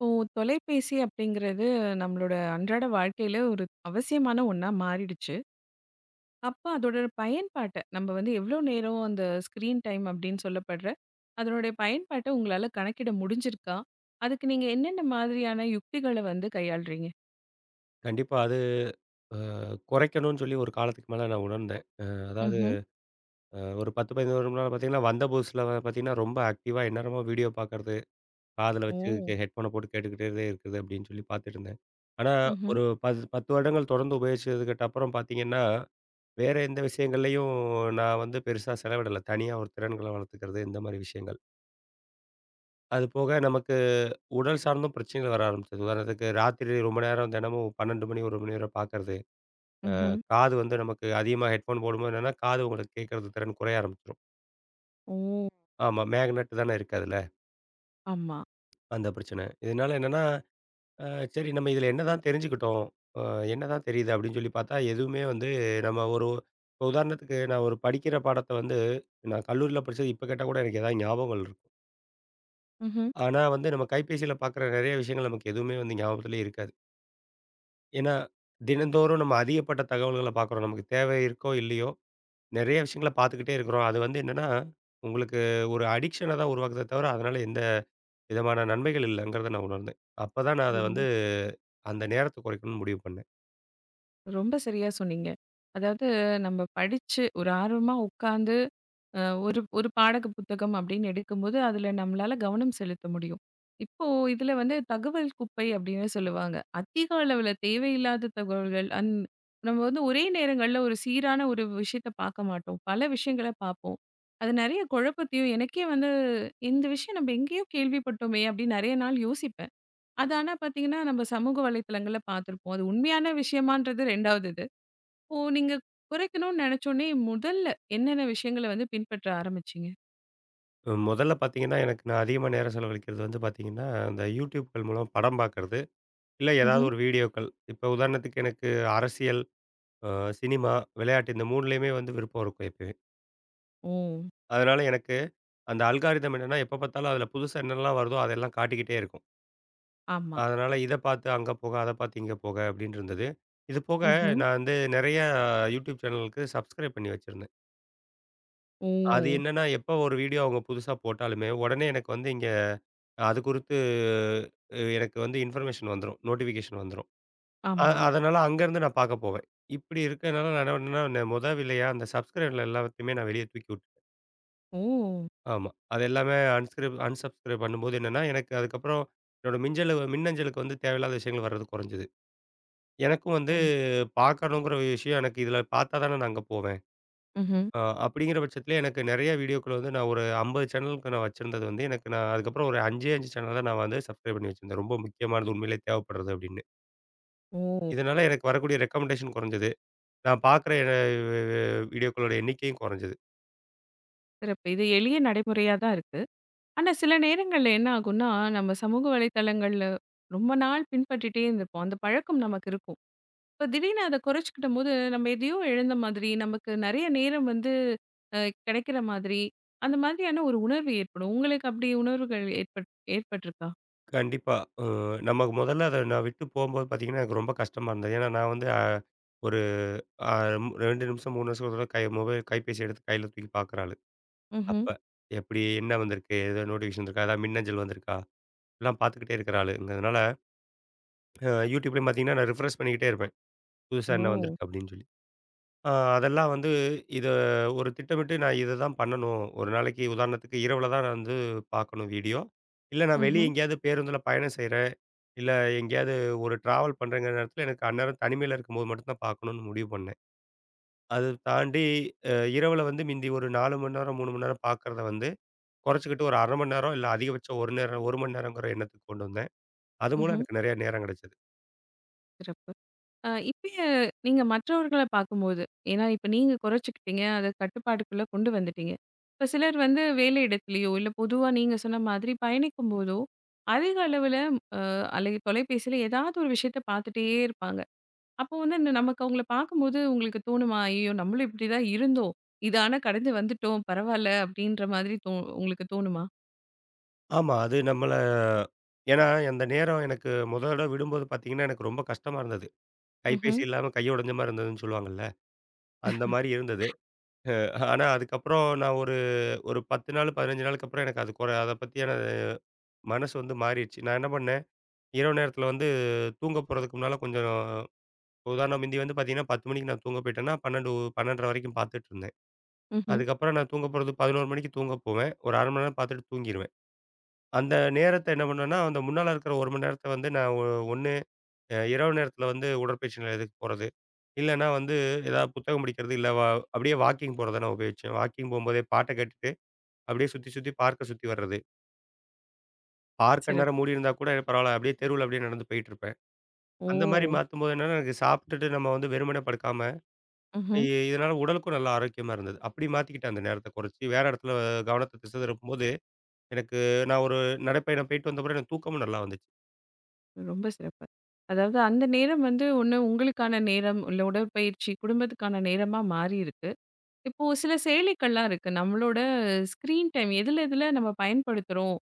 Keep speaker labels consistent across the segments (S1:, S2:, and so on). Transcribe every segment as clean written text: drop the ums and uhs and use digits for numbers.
S1: இப்போ தொலைபேசி அப்படிங்கிறது நம்மளோட அன்றாட வாழ்க்கையில ஒரு அவசியமான ஒண்ணா மாறிடுச்சு. அப்போ அதோட பயன்பாட்ட நம்ம வந்து எவ்வளோ நேரம் அந்த ஸ்க்ரீன் டைம் அப்படின்னு சொல்லப்படுற அதனுடைய பயன்பாட்ட உங்களால கணக்கிட முடிஞ்சிருக்கா? அதுக்கு நீங்க என்னென்ன மாதிரியான யுக்திகள வந்து கையாளுறீங்க?
S2: கண்டிப்பா. அது அ குறைக்கணும்னு சொல்லி ஒரு காலத்துக்கு மேல நான் உணர்ந்தேன். அதாவது
S1: ம்ஹ்ம்.
S2: ஒரு 10, 15 வருடம் முன்னால பார்த்தீங்கன்னா, வந்த புதுசுல பார்த்தீங்கன்னா, ரொம்ப ஆக்டிவா எந்நேரமும் வீடியோ பார்க்கறது, காதுல
S1: ஓ!
S2: வச்சு ஹெட்ஃபோன போட்டு கேட்டுக்கிட்டே இருக்கிறது அப்படின்னு சொல்லி பார்த்துட்டு இருந்தேன். ஆனா
S1: ம்ஹ்ம்.
S2: ஒரு 10 வருடங்கள் தொடர்ந்து உபயோகிச்சதுக்கு அப்புறம் பார்த்தீங்கன்னா, வேற எந்த விஷயங்கள்லயும் நான் வந்து பெருசா செலவிடல. தனியா ஒரு திறன்கள வளர்த்துக்கிறது இந்த மாரி விஷயங்கள். அது போக நமக்கு உடல் சார்ந்தும் பிரச்சனைகள் வர ஆரம்பிச்சது. உதாரணத்துக்கு ராத்திரி ரொம்ப நேரம் தினமும் 12 மணி, 1 மணி வரை பார்க்கறது.
S1: ம்ஹ்ம்.
S2: காது வந்து நமக்கு அதிகமா ஹெட்ஃபோன் போடும்போது என்னன்னா, காது உங்களுக்கு கேட்கறது திறன் குறைய ஆரம்பிச்சுரும்.
S1: ஓ!
S2: ஆமா, மேக்னெட் தானே இருக்கு அதுல.
S1: ஆமா.
S2: அந்த பிரச்சனை. இதனால என்னன்னா, அ சரி நம்ம இதுல என்னதான் தெரிஞ்சுக்கிட்டோம்? அ என்னதான் தெரியுது? அப்படின்னு சொல்லி பார்த்தா, எதுவுமே வந்து நம்ம ஒரு இப்ப உதாரணத்துக்கு நான் ஒரு படிக்கிற பாடத்த வந்து நான் கல்லூரியில படிச்சது இப்ப கேட்டா கூட எனக்கு ஏதாவது ஞாபகங்கள் இருக்கும்.
S1: ம்ஹ்ம்.
S2: ஆனா வந்து நம்ம கைபேசியில பார்க்குற நெறைய விஷயங்கள் நமக்கு எதுவுமே வந்து ஞாபகத்திலே இருக்காது. ஏன்னா, தினந்தோறும் நம்ம அதிகப்பட்ட தகவல்கள பார்க்குறோம். நமக்கு தேவை இருக்கோ! இல்லையோ! நெறைய விஷயங்கள பார்த்துக்கிட்டே இருக்கிறோம். அது வந்து என்னன்னா, உங்களுக்கு ஒரு அடிக்ஷன தான் உருவாக்குதே தவிர, அதனால எந்த விதமான நன்மைகள் இல்லங்கிறத நான் உணர்ந்தேன். அப்ப தான் நான் அத வந்து
S1: ரொம்ப.
S2: அந்த நேரத்த குறைக்கணும்னு முடிவு பண்ணேன்.
S1: ரொம்ப சரியா சொன்னீங்க. அதாவது நம்ம படிச்சு ஒரு ஆர்வமா உட்கார்ந்து அ ஒரு ஒரு பாடக புத்தகம் அப்படின்னு எடுக்கும்போது, அதுல நம்மளால கவனம் செலுத்த முடியும். இப்போ இதுல வந்து தகவல் குப்பை அப்படின்னு சொல்லுவாங்க. அதிக அளவுல தேவையில்லாத தகவல்கள் நம்ம வந்து ஒரே நேரங்கள்ல ஒரு சீரான ஒரு விஷயத்த பார்க்க மாட்டோம். பல விஷயங்கள பார்ப்போம். அது நெறைய குழப்பத்தையும் எனக்கே வந்து இந்த விஷயம் நம்ம எங்கேயோ கேள்விப்பட்டோமே அப்படின்னு நெறைய நாள் யோசிப்பேன். அது ஆனா பார்த்தீங்கன்னா, நம்ம சமூக வலைத்தளங்கள்ல பார்த்துருப்போம். அது உண்மையான விஷயமான்றது 2வது இது. ஓ! நீங்க குறைக்கணும்னு நெனச்சோனே, முதல்ல என்னென்ன விஷயங்கள வந்து பின்பற்ற ஆரம்பிச்சீங்க?
S2: முதல்ல பார்த்தீங்கன்னா, எனக்கு நான் அதிகமா நேரம் செலவழிக்கிறது வந்து பார்த்தீங்கன்னா, அந்த YouTubeகள் மூலம் படம் பார்க்கறது, இல்ல ஏதாவது
S1: ம்ஹ்ம்.
S2: ஒரு வீடியோக்கள். இப்ப உதாரணத்துக்கு எனக்கு அரசியல், அ சினிமா, விளையாட்டு இந்த 3லயுமே வந்து விருப்பம் இருக்கும் எப்பயுமே.
S1: ஓ!
S2: அதனால எனக்கு அந்த அல்காரிதம் என்னன்னா, எப்ப பார்த்தாலும் அதில புதுசா என்னெல்லாம் வருதோ அதெல்லாம் காட்டிக்கிட்டே இருக்கும்.
S1: ஆமா.
S2: அதனால இத பார்த்து அங்க போக, அத பார்த்து இங்க போக அப்படின்னு இருந்தது. இது போக
S1: ம்ஹ்ம்.
S2: நான் வந்து நெறைய யூடியூப் சேனலுக்கு சப்ஸ்கிரைப் பண்ணி வச்சிருந்தேன். அது
S1: ஓ!
S2: என்னன்னா, எப்ப ஒரு வீடியோ அவங்க புதுசா போட்டாலுமே, உடனே எனக்கு வந்து இங்க அது குறித்து எனக்கு வந்து இன்ஃபர்மேஷன் வந்துரும். நோட்டிஃபிகேஷன் வந்துரும்.
S1: ஆமா.
S2: அதனால அங்கருந்து நான் பார்க்க போவேன். இப்படி இருக்கனால நான் என்ன பண்ணேன்னா, மொத வேலையா அந்த சப்ஸ்கிரைப்ல எல்லாத்தையுமே நான் வெளிய தூக்கி விட்டுட்டேன்.
S1: ஓ!
S2: ஆமா. அது எல்லாமே அன்ஸ்கிரைப் அன்சப்ஸ்கிரைப் பண்ணும்போது என்னன்னா, எனக்கு அதுக்கப்புறம் என்னோட மிஞ்சலு மின்னஞ்சலுக்கு வந்து தேவையில்லாத விஷயங்கள் வர்றது குறைஞ்சது. எனக்கும் வந்து
S1: கண்
S2: பார்க்கணுங்கிற விஷயம் எனக்கு இதில பார்த்தா தானே நான் அங்க போவேன்.
S1: ம்ஹ்ம்.
S2: அ அப்படிங்கிற பட்சத்தில எனக்கு நெறைய வீடியோக்கள் வந்து நான் ஒரு 50 சேனலுக்கு நான் வச்சிருந்தது வந்து, எனக்கு நான் அதுக்கப்புறம் ஒரு 5ஏ 5 சேனல் தான் நான் வந்து சப்ஸ்கிரைப் பண்ணி வச்சிருந்தேன். ரொம்ப முக்கியமானது உண்மையிலேயே தேவைப்படுறது அப்படின்னு.
S1: ஓ!
S2: இதனால எனக்கு வரக்கூடிய ரெக்கமெண்டேஷன் குறைஞ்சது. நான் பார்க்குற வீடியோக்களோட எண்ணிக்கையும் குறைஞ்சது.
S1: சிறப்பு. இது எளிய நடைமுறையா தான் இருக்கு. ஆனா, சில நேரங்கள்ல என்ன ஆகும்னா, நம்ம சமூக வலைத்தளங்கள்ல ரொம்ப நாள் பின்பற்றிட்டே இருந்திருப்போம். அந்த பழக்கம் நமக்கு இருக்கும். இப்ப திடீர்னு அத குறைச்சுக்கிட்டம்போது, நம்ம எதையோ இழந்த மாதிரி, நமக்கு நெறைய நேரம் வந்து அ கிடைக்கிற மாதிரி, அந்த மாதிரியான ஒரு உணர்வு ஏற்படும். உங்களுக்கு அப்டி உணர்வுகள் ஏற்பட்ருக்கா?
S2: கண்டிப்பா. அ நமக்கு முதல்ல அத நான் விட்டு போம்போது பார்த்தீங்கன்னா, எனக்கு ரொம்ப கஷ்டமா இருந்தது. ஏன்னா நான் வந்து ஒரு அ 2 நிமிஷம் 3 நிமிஷம் மொபைல் கைபேசி எடுத்து கையில தூக்கி பார்க்குற ஆளு.
S1: ம்ஹ்ம்.
S2: அப்ப எப்படி என்ன வந்திருக்கு? ஏதோ நோட்டிஃபிகேஷன் வந்திருக்கா? ஏதாவது மின்னஞ்சல் வந்திருக்கா? எல்லாம் பார்த்துக்கிட்டே இருக்கிற ஆளுங்கிறதுனால, யூடியூப்லயும் பார்த்தீங்கன்னா, நான் ரிஃப்ரெஷ் பண்ணிக்கிட்டே இருப்பேன். புதுசா என்ன
S1: ஓ!
S2: வந்திருக்கு அப்படின்னு சொல்லி. அ அதெல்லாம் வந்து இத ஒரு திட்டமிட்டு நான் இத தான் பண்ணணும். ஒரு நாளைக்கு உதாரணத்துக்கு இரவுல தான் நான் வந்து பார்க்கணும் வீடியோ. இல்ல நான் வெளிய
S1: ம்ஹ்ம்,
S2: எங்கேயாவது பேருந்துல பயணம் செய்றேன். இல்ல எங்கேயாவது ஒரு டிராவல் பண்றேங்கிற நேரத்துல எனக்கு அந்நேரம் தனிமையில இருக்கும்போது மட்டும் தான் பார்க்கணும்னு முடிவு பண்ணேன். அது தாண்டி இரவுல வந்து மிந்தி ஒரு 4 மணி நேரம், 3 மணி நேரம் பார்க்கறத வந்து குறைச்சுக்கிட்டு ஒரு 1/2 மணி நேரம், இல்ல அதிகபட்சம் 1 நேரம் 1 மணி நேரங்கிற எண்ணத்துக்கு கொண்டு வந்தேன். அது மூலம்
S1: ம்ஹ்ம்.
S2: எனக்கு நெறைய நேரம் கிடைச்சது.
S1: சிறப்பு. இப்பயே நீங்க மற்றவர்கள பார்க்கும்போது, ஏன்னா இப்ப நீங்க குறைச்சுக்கிட்டீங்க. அத கட்டுப்பாட்டுக்குள்ள கொண்டு வந்துட்டீங்க. இப்ப சிலர் வந்து வேலை இடத்துலயோ, இல்ல பொதுவா நீங்க சொன்ன மாதிரி பயணிக்கும்போதோ, அதிக அளவுல அ அல்லது தொலைபேசியில ஏதாவது ஒரு விஷயத்த பார்த்துட்டே இருப்பாங்க. அப்போ வந்து இந்த நமக்கு அவங்கள பார்க்கும்போது உங்களுக்கு தோணுமா? "ஐயயோ! நம்மளும் இப்படிதான் இருந்தோம். இத ஆனா கடந்து வந்துட்டோம். பரவால்ல." அப்படீன்ற மாதிரி உங்களுக்கு தோணுமா?
S2: ஆமா, அது நம்மள ஏன்னா அந்த நேரம் எனக்கு முத தடவ விடும்போது பார்த்தீங்கன்னா, எனக்கு ரொம்ப கஷ்டமா இருந்தது. கைபேசி
S1: ம்ஹ்ம்,
S2: இல்லாம கை உடைஞ்ச மாரி இருந்ததுன்னு சொல்லுவாங்கல்ல, அந்த மாரி இருந்தது. ஆனா அதுக்கப்புறம் நான் ஒரு ஒரு 10 நாள், 15 நாளுக்கு அப்புறம் எனக்கு அது அத பத்தியான மனசு வந்து மாறிடுச்சு. நான் என்ன பண்ணேன், இரவு நேரத்தில வந்து தூங்க போறதுக்கு முன்னால கொஞ்சம் உதாரணம் முந்தி வந்து பார்த்தீங்கன்னா, 10 மணிக்கு நான் தூங்க போயிட்டேன்னா, 12 12:30 வரைக்கும் பார்த்துட்டு இருந்தேன்.
S1: ம்ஹ்ம்.
S2: அதுக்கப்புறம் நான் தூங்க போறது 11 மணிக்கு தூங்க போவேன். ஒரு 1/2 மணி நேரம் பார்த்துட்டு தூங்கிருவேன். அந்த நேரத்த என்ன பண்ணுவேன்னா, அந்த முன்னால இருக்கிற 1 மணி நேரத்த வந்து நான் ஒண்ணு இரவு நேரத்தில வந்து உடற்பயிற்சி நிலையத்துக்கு போறது. இல்லன்னா வந்து ஏதாவது புத்தகம் படிக்கிறது, இல்ல அப்படியே வாக்கிங் போறத நான் உபயோகிச்சேன். வாக்கிங் போம்போதே பாட்ட கேட்டுட்டு, அப்படியே சுத்தி சுத்தி பார்க்க சுத்தி வர்றது. அந்நேரம்
S1: சிறப்பு.
S2: மூடியிருந்தா கூட பரவால்ல. அப்படியே தெருவுல அப்படியே நடந்து போயிட்டுருப்பேன். அந்த மாரி
S1: ஓ!
S2: மாத்தும்போது என்னன்னா, எனக்கு சாப்பிட்டுட்டு நம்ம வந்து வெறுமனே படுக்காம, இ
S1: ம்ஹ்ம்.
S2: இதனால உடலுக்கும் நல்ல ஆரோக்கியமா இருந்தது. அப்படி மாத்திக்கிட்டேன் அந்த நேரத்த குறைச்சு. வேற இடத்துல கவனத்த திசை திருப்பும்போது எனக்கு நான் ஒரு நடைப்பயணம் போயிட்டு வந்த பிறகு எனக்கு தூக்கமும் நல்லா வந்துச்சு.
S1: ரொம்ப சிறப்பு. அதாவது அந்த நேரம் வந்து ஒண்ணு உங்களுக்கான நேரம், இல்ல உடற்பயிற்சி, குடும்பத்துக்கான நேரமா மாறியிருக்கு. இப்போ சில செயலிகள்லாம் இருக்கு. நம்மளோட ஸ்க்ரீன் டைம் எதுல எதுல நம்ம பயன்படுத்துறோம்,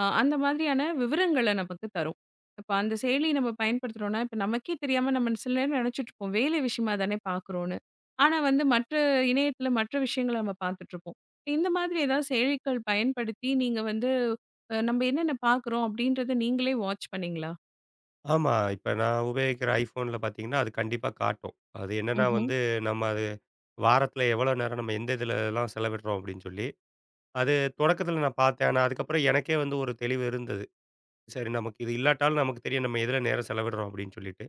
S1: அந்த மாதிரியான விவரங்கள நமக்கு தரும். இப்ப அந்த செயலி நம்ம பயன்படுத்துறோம்னா, இப்ப நமக்கே தெரியாம நம்ம சில நேரம் நெனச்சுட்ருப்போம், வேலை விஷயமா தானே பார்க்குறோம்ன்னு. ஆனா வந்து மற்ற இணையத்துல மற்ற விஷயங்கள நம்ம பார்த்துட்ருப்போம். இந்த மாதிரி ஏதாவது செயலிகள் பயன்படுத்தி நீங்க வந்து நம்ம என்னென்ன பார்க்குறோம் அப்படின்றத நீங்களே வாட்ச் பண்ணீங்களா?
S2: ஆமா. இப்ப நான் உபயோகிக்கிற iPhoneல பார்த்தீங்கன்னா, அது கண்டிப்பா காட்டும். அது என்னன்னா
S1: ம்ஹ்ம்.
S2: வந்து நம்ம அது வாரத்தில எவ்வளோ நேரம் நம்ம எந்த இதுலலாம் செலவிடுறோம் அப்படின்னு சொல்லி, அது தொடக்கத்தில நான் பார்த்தேன். ஆனா அதுக்கப்புறம் எனக்கே வந்து ஒரு தெளிவு இருந்தது. சரி நமக்கு இது இல்லாட்டாலும் நமக்கு தெரியும் நம்ம எதுல நேரம் செலவிடுறோம் அப்படின்னு சொல்லிட்டு.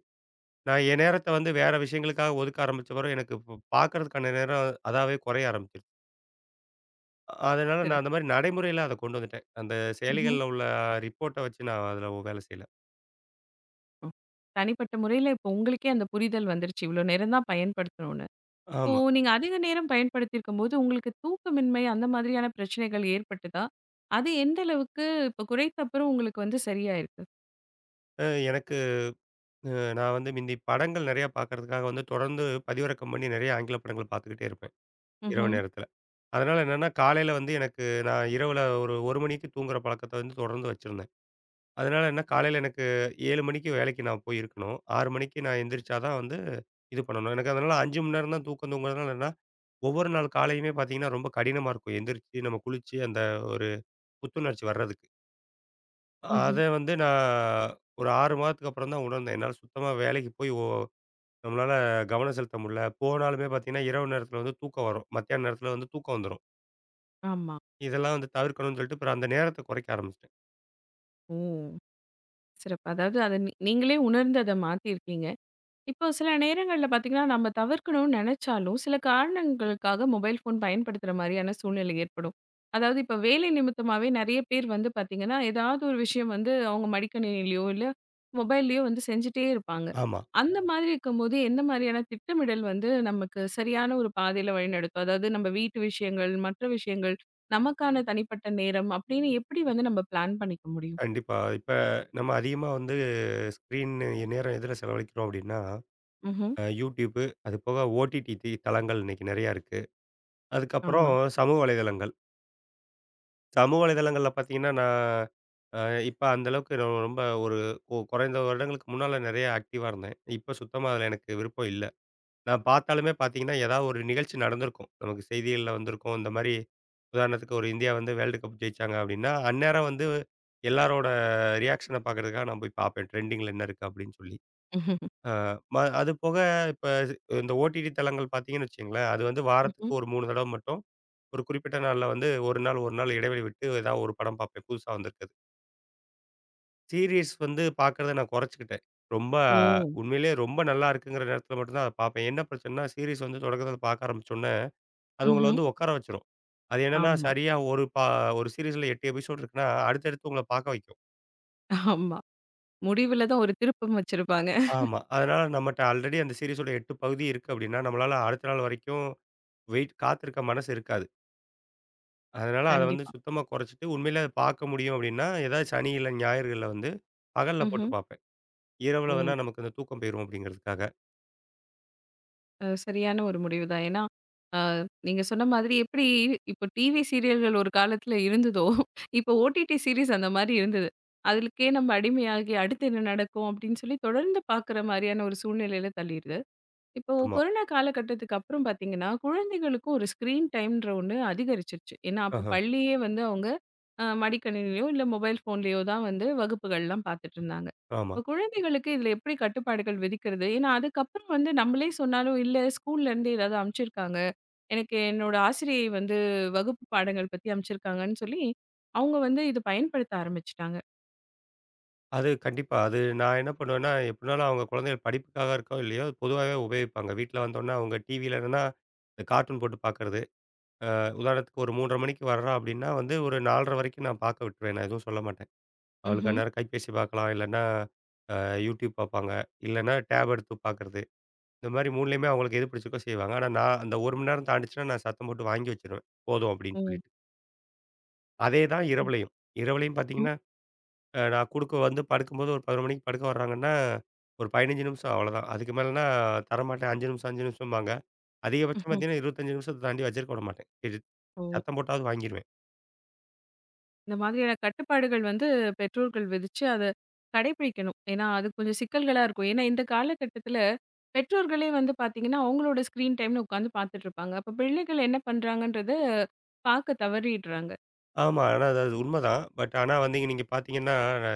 S2: நான் என் நேரத்த வந்து வேற விஷயங்களுக்காக ஒதுக்க ஆரம்பிச்ச பிறகு எனக்கு இப்ப பார்க்கறதுக்கான நேரம் அதாவே குறைய ஆரம்பிச்சுருச்சு. அதனால நான்
S1: சிறப்பு.
S2: அந்த மாரி நடைமுறையில அத கொண்டு வந்துட்டேன். அந்த
S1: ம்ஹ்ம்.
S2: செயலிகள்ல உள்ள ரிப்போர்ட்ட வச்சு நான் அதுல வேலை செய்யல.
S1: தனிப்பட்ட முறையில இப்போ உங்களுக்கே அந்த புரிதல் வந்துருச்சு. இவ்ளோ நேரம் தான் பயன்படுத்தணும்னு. இப்போ
S2: ஆமா.
S1: நீங்க அதிக நேரம் பயன்படுத்தியிருக்கும்போது, உங்களுக்கு தூக்கமின்மை அந்த மாதிரியான பிரச்சனைகள் ஏற்பட்டுதா? அது எந்த அளவுக்கு இப்போ குறைத்த அப்புறம் உங்களுக்கு வந்து சரியாயிருக்கு?
S2: எனக்கு அ நான் வந்து மிந்தி படங்கள் நெறையா பார்க்கறதுக்காக வந்து தொடர்ந்து பதிவிறக்கம் பண்ணி நெறைய ஆங்கில படங்கள் பார்த்துக்கிட்டே இருப்பேன், இரவு
S1: ம்ஹ்ம்.
S2: நேரத்தில. அதனால என்னன்னா, காலையில வந்து எனக்கு நான் இரவுல ஒரு 1 மணிக்கு தூங்குற பழக்கத்த வந்து தொடர்ந்து வச்சிருந்தேன். அதனால என்ன காலையில எனக்கு 7 மணிக்கு வேலைக்கு நான் போய் இருக்கணும். 6 மணிக்கு நான் எந்திரிச்சா தான் வந்து இது பண்ணணும். எனக்கு அதனால 5 மணி நேரம் தான் தூக்கம் தூங்குறதுனால என்னன்னா, ஒவ்வொரு நாள் காலையுமே பார்த்தீங்கன்னா, ரொம்ப கடினமா இருக்கும். எந்திரிச்சு நம்ம குளிச்சு அந்த ஒரு புத்துணர்ச்சி வர்றதுக்கு. அத
S1: ம்ஹ்ம்.
S2: வந்து நான் ஒரு 6 மாதத்துக்கு அப்புறம் தான் உணர்ந்தேன். என்னால சுத்தமா வேலைக்கு போய் நம்மளால கவனம் செலுத்த முடியல. போனாலுமே பார்த்தீங்கன்னா, இரவு நேரத்தில வந்து தூக்கம் வரும். மத்தியான நேரத்தில வந்து தூக்கம் வந்துரும்.
S1: ஆமா.
S2: இதெல்லாம் வந்து தவிர்க்கணும்னு சொல்லிட்டு, அப்புறம் அந்த நேரத்த குறைக்க ஆரம்பிச்சுட்டேன்.
S1: ஓ! சிறப்பு. அதாவது அத நீங்களே உணர்ந்து அத மாத்தியிருக்கீங்க. இப்போ சில நேரங்கள்ல பார்த்தீங்கன்னா, நம்ம தவிர்க்கணும்னு நெனச்சாலும், சில காரணங்களுக்காக மொபைல் ஃபோன் பயன்படுத்துற மாரியான சூழ்நிலை ஏற்படும். அதாவது இப்ப வேலை நிமித்தமாவே நெறைய பேர் வந்து பார்த்தீங்கன்னா, ஏதாவது ஒரு விஷயம் வந்து அவங்க மடிக்கணினிலயோ, இல்ல மொபைல்லயோ வந்து செஞ்சுட்டே இருப்பாங்க.
S2: ஆமா,
S1: அந்த மாதிரி இருக்கும்போது, எந்த மாதிரியான திட்டமிடல் வந்து நமக்கு சரியான ஒரு பாதையில வழிநடத்தும்? அதாவது நம்ம வீட்டு விஷயங்கள், மற்ற விஷயங்கள், நமக்கான தனிப்பட்ட நேரம் அப்படின்னு எப்படி வந்து நம்ம பிளான் பண்ணிக்க முடியும்?
S2: கண்டிப்பா. இப்ப நம்ம அதிகமா வந்து ஸ்க்ரீன் நேரம் எதுல செலவழிக்கிறோம் அப்டின்னா,
S1: ம்ஹ்ம்.
S2: YouTube, அது போக OTT தளங்கள் இன்னைக்கு நெறையா இருக்கு. அதுக்கப்புறம்
S1: ஆமா.
S2: சமூக வலைதளங்கள். சமூக வலைதளங்கள்ல பார்த்தீங்கன்னா, நான் அ இப்ப அந்த அளவுக்கு ரொம்ப ஒரு குறைந்த வருடங்களுக்கு முன்னால நெறைய ஆக்டிவா இருந்தேன். இப்ப சுத்தமா அதுல எனக்கு விருப்பம் இல்ல. நான் பார்த்தாலுமே பார்த்தீங்கன்னா, ஏதாவது ஒரு நிகழ்ச்சி நடந்திருக்கும். நமக்கு செய்திகள்ல வந்திருக்கும். இந்த மாரி உதாரணத்துக்கு ஒரு இந்தியா வந்து வேர்ல்டு கப் ஜெயிச்சாங்க அப்டின்னா, அந்நேரம் வந்து எல்லாரோட ரியாக்ஷன பார்க்கறதுக்காக நான் போய் பார்ப்பேன். ட்ரெண்டிங்ல என்ன இருக்கு அப்டின்னு சொல்லி. அ ம அது போக இப்ப இந்த ஓடிடி தளங்கள் பார்த்தீங்கன்னு வச்சுக்கங்களேன், அது வந்து
S1: ம்ஹ்ம்.
S2: வாரத்துக்கு ஒரு 3 தடவ மட்டும் ஒரு குறிப்பிட்ட நாள்ல வந்து 1 நாள் 1 நாள் இடைவெளி விட்டு ஏதாவது ஒரு படம் பார்ப்பேன், புதுசா வந்திருக்கிறது. சீரிஸ் வந்து பார்க்கறத நான் குறைச்சுக்கிட்டேன். ரொம்ப
S1: ஓ!
S2: உண்மையிலேயே ரொம்ப நல்லா இருக்குங்கிற நேரத்தில மட்டும் தான் அத பார்ப்பேன். என்ன பிரச்சனைன்னா, சீரிஸ் வந்து தொடக்கத்தில பார்க்க ஆரம்பிச்சோனே, அது உங்கள
S1: ம்ஹ்ம்.
S2: வந்து உட்கார வச்சுரும். அது என்னன்னா,
S1: ஆமா.
S2: சரியா ஒரு சீரிஸ்ல 8 எபிசோட் இருக்குன்னா, அடுத்தடுத்து உங்கள பார்க்க வைக்கும்.
S1: ஆமா. முடிவுல தான் ஒரு திருப்பம் வச்சிருப்பாங்க.
S2: ஆமா. அதனால நம்மட்ட ஆல்ரெடி அந்த சீரிஸோட 8 பகுதி இருக்கு அப்படின்னா, நம்மளால அடுத்த நாள் வரைக்கும் வெயிட் காத்திருக்க மனசு இருக்காது. அதனால அத வந்து
S1: கண்டிப்பா.
S2: சுத்தமா குறைச்சுட்டு, உண்மையிலே அத பார்க்க முடியும் அப்படின்னா, ஏதாவது சனி இல்ல ஞாயிறுகள்ல வந்து பகல்ல போட்டு
S1: ம்ஹ்ம்.
S2: பார்ப்பேன்.
S1: ஓ!
S2: இரவுல வேணா நமக்கு இந்த தூக்கம் போயிரும் அப்படிங்கிறதுக்காக.
S1: சரியான ஒரு முடிவு தான். ஏன்னா, அ நீங்க சொன்ன மாதிரி எப்படி இப்போ டிவி சீரியல்கள் ஒரு காலத்துல இருந்ததோ, இப்போ ஓடிடி சீரிஸ் அந்த மாரி இருந்தது. அதுலுக்கே நம்ம அடிமையாகி அடுத்து என்ன நடக்கும் அப்படின்னு சொல்லி தொடர்ந்து பார்க்குற மாரியான ஒரு சூழ்நிலையில தள்ளிருச்சு. இப்போ
S2: ஆமா.
S1: கொரோனா காலகட்டத்துக்கு அப்புறம் பார்த்தீங்கன்னா, குழந்தைகளுக்கும் ஒரு ஸ்க்ரீன் டைம்ன்ற ஒண்ணு அதிகரிச்சிருச்சு. ஏன்னா, அப்ப
S2: ஆஹ.
S1: பள்ளியே வந்து அவங்க மடிக்கணினியிலயோ, இல்ல மொபைல் ஃபோன்லயோ தான் வந்து வகுப்புகள்லாம் பார்த்துட்டுருந்தாங்க.
S2: ஆமா.
S1: இப்போ குழந்தைகளுக்கு இதில எப்படி கட்டுப்பாடுகள் விதிக்கிறது? ஏன்னா, அதுக்கப்புறம் வந்து நம்மளே சொன்னாலும், "இல்ல ஸ்கூல்லேருந்து ஏதாவது அனுப்பிச்சிருக்காங்க. எனக்கு என்னோட ஆசிரியை வந்து வகுப்பு பாடங்கள் பத்தி அனுப்பிச்சிருக்காங்கன்னு" சொல்லி, அவங்க வந்து இத பயன்படுத்த ஆரம்பிச்சுட்டாங்க.
S2: அது கண்டிப்பா. அது நான் என்ன பண்ணுவேன்னா, எப்படினாலும் அவங்க குழந்தைகள் படிப்புக்காக இருக்கோ இல்லையோ, பொதுவாவே உபயோகிப்பாங்க. வீட்ல வந்தோன்னே அவங்க டிவியில என்னன்னா, இந்த கார்ட்டூன் போட்டு பார்க்கறது. உதாரணத்துக்கு ஒரு 3:30 மணிக்கு வர்றோம் அப்படின்னா வந்து, ஒரு 4:30 வரைக்கும் நான் பார்க்க விட்டுருவேன். நான் எதுவும் சொல்ல மாட்டேன். அவளுக்கு
S1: ம்ஹ்ம்.
S2: அந்நேரம் கைபேசி பார்க்கலாம், இல்லன்னா அ YouTube பார்ப்பாங்க, இல்லன்னா டேப் எடுத்து பார்க்கறது. இந்த மாரி 3லயுமே அவங்களுக்கு எது பிடிச்சிருக்கோ செய்வாங்க. ஆனா நான் அந்த 1 மணி நேரம் தாண்டுச்சுன்னா, நான் சத்தம் போட்டு வாங்கி வச்சுருவேன். போதும் அப்படின்னு
S1: ஓ!
S2: சொல்லிட்டு. அதே தான் இரவுலயும். இரவுலயும்
S1: ம்ஹ்ம்.
S2: பார்த்தீங்கன்னா, நான் குடுக்க வந்து படுக்கும்போது ஒரு 11 மணிக்கு படுக்க வர்றாங்கன்னா, ஒரு 15 நிமிஷம் அவ்வளோதான். அதுக்கு மேலனா தரமாட்டேன். 5 நிமிஷம், 5 நிமிஷம்பாங்க. அதிகபட்சம்
S1: ம்ஹ்ம்.
S2: பார்த்தீங்கன்னா, 25 நிமிஷத்த தாண்டி வச்சிருக்க விட மாட்டேன். இது
S1: ஓ!
S2: சத்தம் போட்டாவது வாங்கிருவேன்.
S1: இந்த மாதிரியான கட்டுப்பாடுகள் வந்து பெற்றோர்கள் விதிச்சு அத கடைப்பிடிக்கணும். ஏன்னா, அது கொஞ்சம் சிக்கல்களா இருக்கும். ஏன்னா, இந்த காலகட்டத்தில பெற்றோர்களே வந்து பார்த்தீங்கன்னா, அவங்களோட ஸ்க்ரீன் டைம்னு உட்காந்து பார்த்துட்டு இருப்பாங்க. அப்ப பிள்ளைகள் என்ன பண்றாங்கன்றத பார்க்க தவறிடுறாங்க.
S2: ஆமா. ஆனா அது அது உண்மதான். பட் ஆனா வந்து நீங்க பார்த்தீங்கன்னா,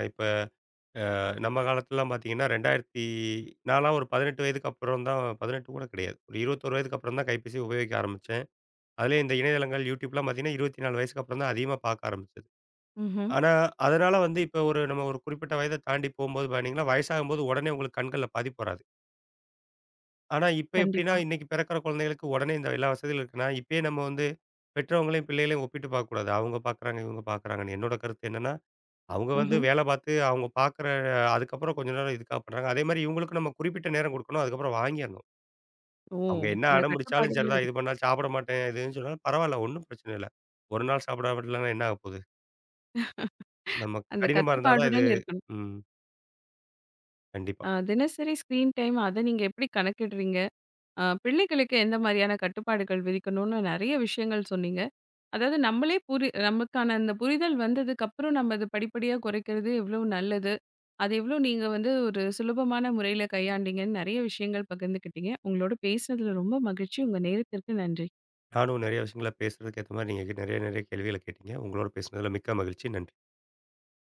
S2: இப்ப நம்ம காலத்துலலாம் பார்த்தீங்கன்னா, 2000 நான்லாம் ஒரு 18 வயதுக்கு அப்புறம் தான் 18 கூட கிடையாது. ஒரு 21 வயதுக்கு அப்புறம் தான் கைபேசிய உபயோகிக்க ஆரம்பிச்சேன். அதிலயும் இந்த இணையதளங்கள், YouTubeலாம் பார்த்தீங்கன்னா, 24 வயசுக்கு அப்புறம் தான் அதிகமா பார்க்க ஆரம்பிச்சது.
S1: ம்ஹ்ம்.
S2: ஆனா, அதனால வந்து இப்ப ஒரு நம்ம ஒரு குறிப்பிட்ட வயத தாண்டி போம்போது பார்த்தீங்கன்னா, வயசாகும்போது உடனே உங்களுக்கு கண்கள்ல பாதிப்பு வராது. ஆனா, இப்ப எப்படின்னா,
S1: கண்டிப்பா.
S2: இன்னைக்கு பிறக்கிற குழந்தைகளுக்கு உடனே இந்த எல்லா வசதிகளும் இருக்குன்னா, இப்பயே நம்ம வந்து பெற்றவங்களையும், பிள்ளைகளையும் ஒப்பிட்டு பார்க்கக்கூடாது. அவங்க பார்க்குறாங்க, இவங்க பார்க்குறாங்கன்னு. என்னோட கருத்து என்னன்னா, அவங்க வந்து
S1: ம்ஹ்ம்.
S2: வேலை பார்த்து, அவங்க பார்க்குற அதுக்கப்புறம் கொஞ்ச நேரம் இதுக்காக பண்றாங்க. அதேமாரி இவங்களுக்கும் நம்ம குறிப்பிட்ட நேரம் குடுக்கணும். அதுக்கப்புறம் வாங்கிரணும்.
S1: ஓ!
S2: அவங்க என்ன
S1: அந்த
S2: அடம் பிடிச்சாலும்
S1: கட்டுப்பாடுகள
S2: சரிதான்,
S1: விதி
S2: இது பண்ணாலும் சாப்பிட மாட்டேன், இதுன்னு சொன்னாலும் பரவாயில்ல. ஒண்ணும் பிரச்சனை இல்ல. ஒரு நாள் சாப்பிடாவிட்டாலும் என்ன ஆகப்போகுது? நமக்கு
S1: அந்த
S2: கடினமா இருந்தா தான் இது
S1: கட்டுப்பாடுடன் இருக்கணும்.
S2: ம். கண்டிப்பா.
S1: தினசரி ஸ்க்ரீன் டைம் அத நீங்க எப்படி கணக்கிடுறீங்க? பிள்ளைகளுக்கு எந்த மாரியான கட்டுப்பாடுகள் விதிக்கணும்னு நெறைய விஷயங்கள் சொன்னீங்க. அதாவது நம்மளே புரி நமக்கான அந்த புரிதல் வந்ததுக்கப்புறம் நம்ம அது படிப்படியா குறைக்கிறது எவ்வளவு நல்லது. அது எவ்வளோ நீங்க வந்து ஒரு சுலபமான முறையில கையாண்டீங்கன்னு நெறைய விஷயங்கள் பகிர்ந்துக்கிட்டீங்க. உங்களோட பேசினதுல ரொம்ப மகிழ்ச்சி. உங்க நேரத்திற்கு நன்றி.
S2: நானும் நெறைய விஷயங்கள பேசுறதுக்கு ஏத்த மாரி நீங்க நிறைய, நிறைய கேள்விகள கேட்டீங்க. உங்களோட பேசினதுல மிக்க மகிழ்ச்சி. நன்றி.